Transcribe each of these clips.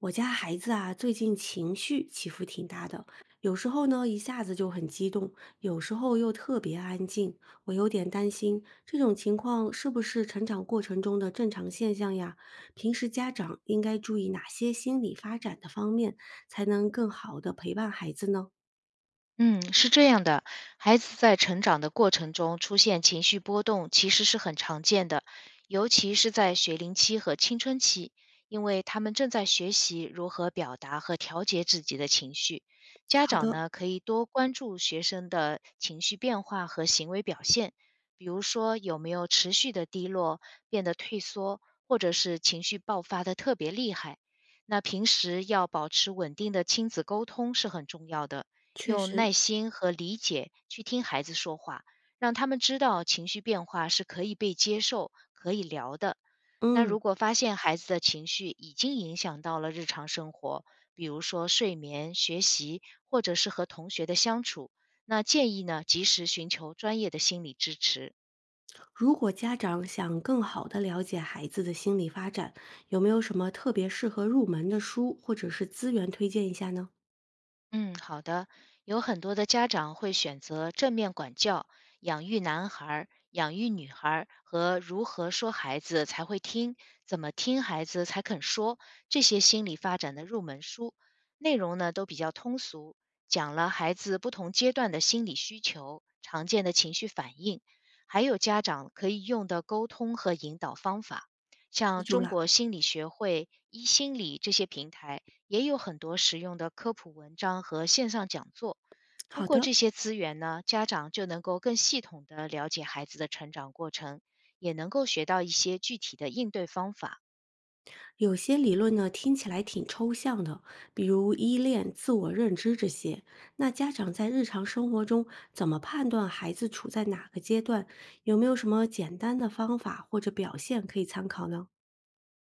我家孩子啊，最近情绪起伏挺大的，有时候呢一下子就很激动，有时候又特别安静。我有点担心这种情况是不是成长过程中的正常现象呀？平时家长应该注意哪些心理发展的方面，才能更好的陪伴孩子呢？嗯，是这样的，孩子在成长的过程中出现情绪波动，其实是很常见的，尤其是在学龄期和青春期，因为他们正在学习如何表达和调节自己的情绪。家好长的，呢，可以多关注学生的情绪变化和行为表现，比如说有没有持续的低落、变得退缩，或者是情绪爆发的特别厉害。那平时要保持稳定的亲子沟通是很重要的。确用实，耐心和理解去听孩子说话，让他们知道情绪变化是可以被接受、可以聊的。那嗯，如果发现孩子的情绪已经影响到了日常生活，比如说睡眠、学习，或者是和同学的相处，那建议呢，及时寻求专业的心理支持。如果家长想更好的了解孩子的心理发展，有没有什么特别适合入门的书或者是资源推荐一下呢？嗯，好的。有很多的家长会选择正面管教、养育男孩儿、养育女孩儿和如何说孩子才会听、怎么听孩子才肯说这些心理发展的入门书，内容呢都比较通俗，讲了孩子不同阶段的心理需求、常见的情绪反应，还有家长可以用的沟通和引导方法。记像住中了。国心理学会、一心理这些平台，也有很多实用的科普文章和线上讲座。通好过的，这些资源呢，家长就能够更系统的了解孩子的成长过程，也能够学到一些具体的应对方法。有些理论呢听起来挺抽象的，比如依恋、自我认知这些。那家长在日常生活中怎么判断孩子处在哪个阶段？有没有什么简单的方法或者表现可以参考呢？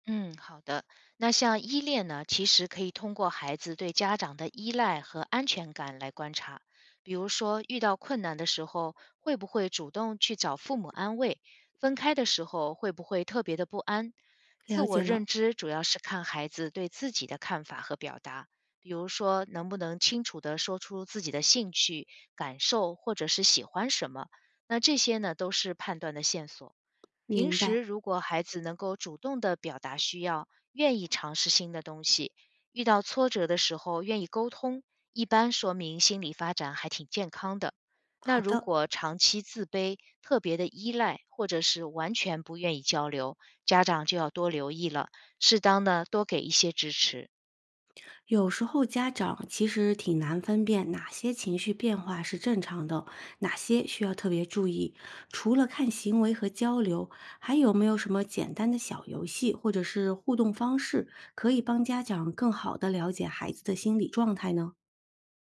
嗯，好的。那像依恋呢，其实可以通过孩子对家长的依赖和安全感来观察。比如说，遇到困难的时候，会不会主动去找父母安慰？分开的时候，会不会特别的不安？自了我解了，认知主要是看孩子对自己的看法和表达，比如说能不能清楚地说出自己的兴趣、感受或者是喜欢什么。那这些呢，都是判断的线索。平明白。时如果孩子能够主动的表达需要，愿意尝试新的东西，遇到挫折的时候愿意沟通，一般说明心理发展还挺健康的。那好如的。果长期自卑、特别的依赖，或者是完全不愿意交流，家长就要多留意了，适当的多给一些支持。有时候家长其实挺难分辨哪些情绪变化是正常的，哪些需要特别注意。除了看行为和交流，还有没有什么简单的小游戏或者是互动方式，可以帮家长更好的了解孩子的心理状态呢？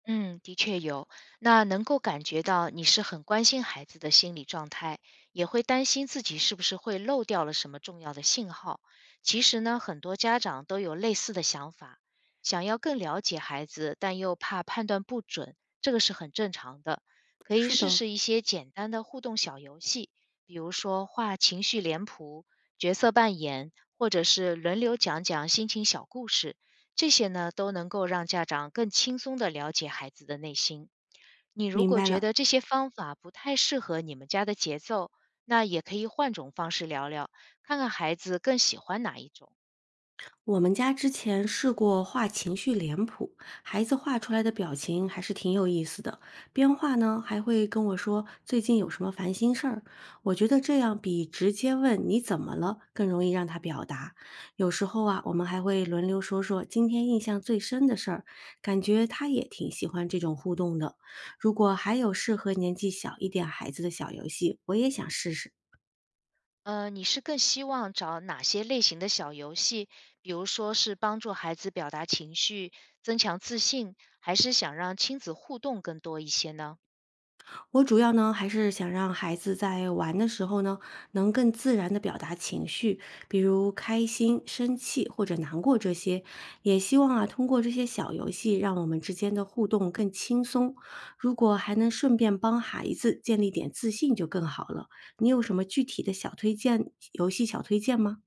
嗯，的确有。那能够感觉到你是很关心孩子的心理状态，也会担心自己是不是会漏掉了什么重要的信号。其实呢，很多家长都有类似的想法，想要更了解孩子，但又怕判断不准，这个是很正常的。可以是试的，试一些简单的互动小游戏，比如说画情绪脸谱、角色扮演，或者是轮流讲讲心情小故事。这些呢，都能够让家长更轻松地了解孩子的内心。你如明果白觉了。得这些方法不太适合你们家的节奏，那也可以换种方式聊聊，看看孩子更喜欢哪一种。我们家之前试过画情绪脸谱，孩子画出来的表情还是挺有意思的。边画呢，还会跟我说最近有什么烦心事儿。我觉得这样比直接问你怎么了更容易让他表达。有时候啊，我们还会轮流说说今天印象最深的事儿，感觉他也挺喜欢这种互动的。如果还有适合年纪小一点孩子的小游戏，我也想试试。你是更希望找哪些类型的小游戏？比如说是帮助孩子表达情绪、增强自信，还是想让亲子互动更多一些呢？我主要呢，还是想让孩子在玩的时候呢，能更自然的表达情绪，比如开心、生气或者难过这些。也希望啊，通过这些小游戏，让我们之间的互动更轻松。如果还能顺便帮孩子建立点自信，就更好了。你有什么具体的小推荐游戏小推荐吗？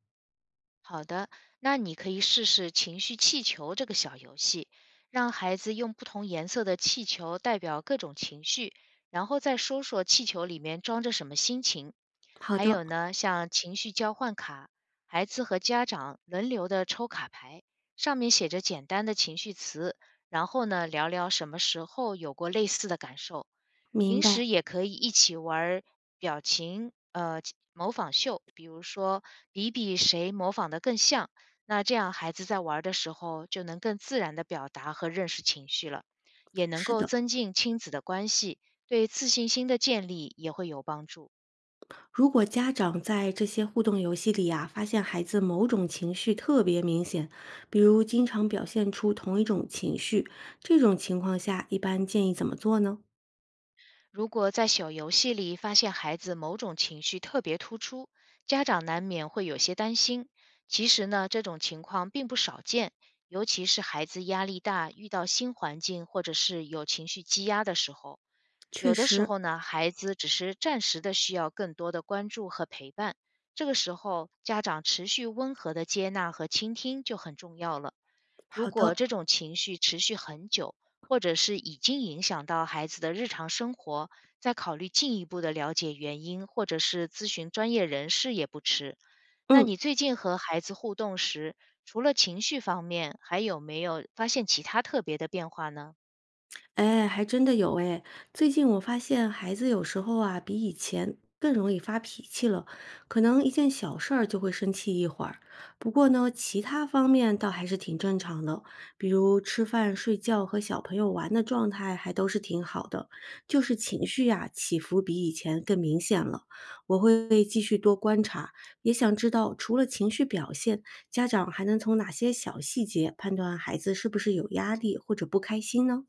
好的，那你可以试试情绪气球这个小游戏，让孩子用不同颜色的气球代表各种情绪，然后再说说气球里面装着什么心情。好还的，有呢，像情绪交换卡，孩子和家长轮流的抽卡牌，上面写着简单的情绪词，然后呢，聊聊什么时候有过类似的感受。明平白，时也可以一起玩儿表情模仿秀，比如说比比谁模仿的更像。那这样孩子在玩儿的时候就能更自然的表达和认识情绪了，也能是够的。增进亲子的关系，对自信心的建立也会有帮助。如果家长在这些互动游戏里啊，发现孩子某种情绪特别明显，比如经常表现出同一种情绪，这种情况下一般建议怎么做呢？如果在小游戏里发现孩子某种情绪特别突出，家长难免会有些担心。其实呢，这种情况并不少见，尤其是孩子压力大、遇到新环境或者是有情绪积压的时候。确有的时实，候呢，孩子只是暂时的需要更多的关注和陪伴。这个时候，家长持续温和的接纳和倾听就很重要了。好如果的，这种情绪持续很久，或者是已经影响到孩子的日常生活，再考虑进一步的了解原因，或者是咨询专业人士也不迟。那嗯。你最近和孩子互动时，除了情绪方面，还有没有发现其他特别的变化呢？哎，还真的有哎。最近我发现孩子有时候啊，比以前更容易发脾气了，可能一件小事儿就会生气一会儿。不过呢，其他方面倒还是挺正常的，比如吃饭、睡觉和小朋友玩的状态还都是挺好的，就是情绪呀、起伏比以前更明显了。我会继续多观察，也想知道除了情绪表现，家长还能从哪些小细节判断孩子是不是有压力或者不开心呢？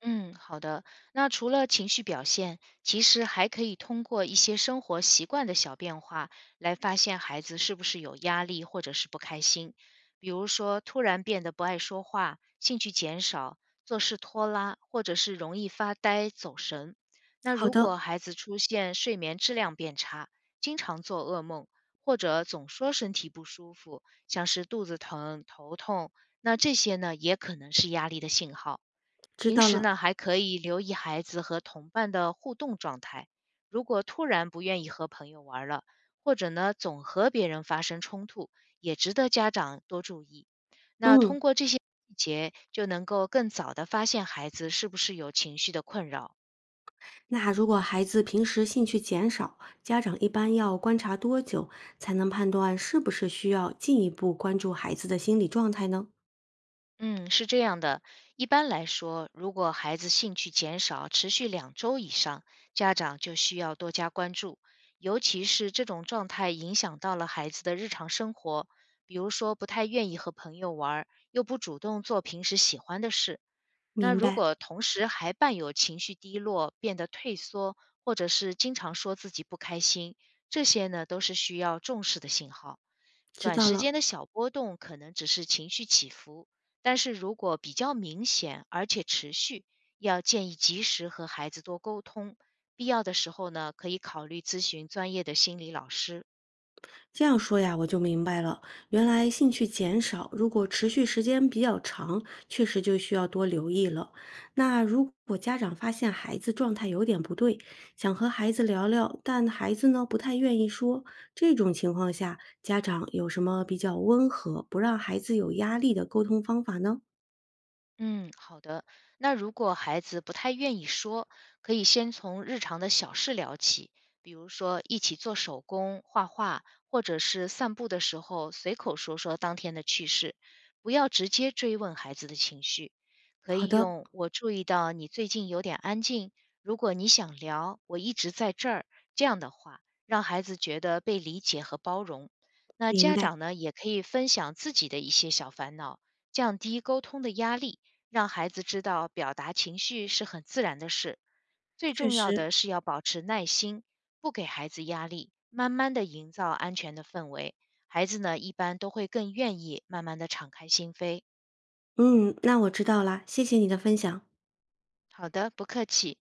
嗯，好的。那除了情绪表现，其实还可以通过一些生活习惯的小变化来发现孩子是不是有压力或者是不开心。比如说，突然变得不爱说话、兴趣减少、做事拖拉，或者是容易发呆、走神。那好如的，果孩子出现睡眠质量变差，经常做噩梦，或者总说身体不舒服，像是肚子疼、头痛，那这些呢，也可能是压力的信号。知平道时了，呢，还可以留意孩子和同伴的互动状态。如果突然不愿意和朋友玩了，或者呢总和别人发生冲突，也值得家长多注意。那嗯，通过这些细节，就能够更早的发现孩子是不是有情绪的困扰。那如果孩子平时兴趣减少，家长一般要观察多久才能判断是不是需要进一步关注孩子的心理状态呢？嗯，是这样的。一般来说，如果孩子兴趣减少持续2周以上，家长就需要多加关注，尤其是这种状态影响到了孩子的日常生活，比如说不太愿意和朋友玩儿，又不主动做平时喜欢的事。那明如白，果同时还伴有情绪低落、变得退缩，或者是经常说自己不开心，这些呢都是需要重视的信号。知短道时了。间的小波动可能只是情绪起伏，但是如果比较明显而且持续，要建议及时和孩子多沟通，必要的时候呢，可以考虑咨询专业的心理老师。这样说呀，我就明白了。原来兴趣减少，如果持续时间比较长，确实就需要多留意了。那如果家长发现孩子状态有点不对，想和孩子聊聊，但孩子呢不太愿意说，这种情况下，家长有什么比较温和，不让孩子有压力的沟通方法呢？嗯，好的。那如果孩子不太愿意说，可以先从日常的小事聊起，比如说一起做手工、画画，或者是散步的时候随口说说当天的趣事，不要直接追问孩子的情绪。可好以的，用“我注意到你最近有点安静，如果你想聊，我一直在这儿”这样的话，让孩子觉得被理解和包容。那明家白，长呢，也可以分享自己的一些小烦恼，降低沟通的压力。让孩子知道表达情绪是很自然的事。最确重要实。的是要保持耐心，不给孩子压力，慢慢的营造安全的氛围。孩子呢，一般都会更愿意慢慢的敞开心扉。嗯，那我知道啦，谢谢你的分享。好的，不客气。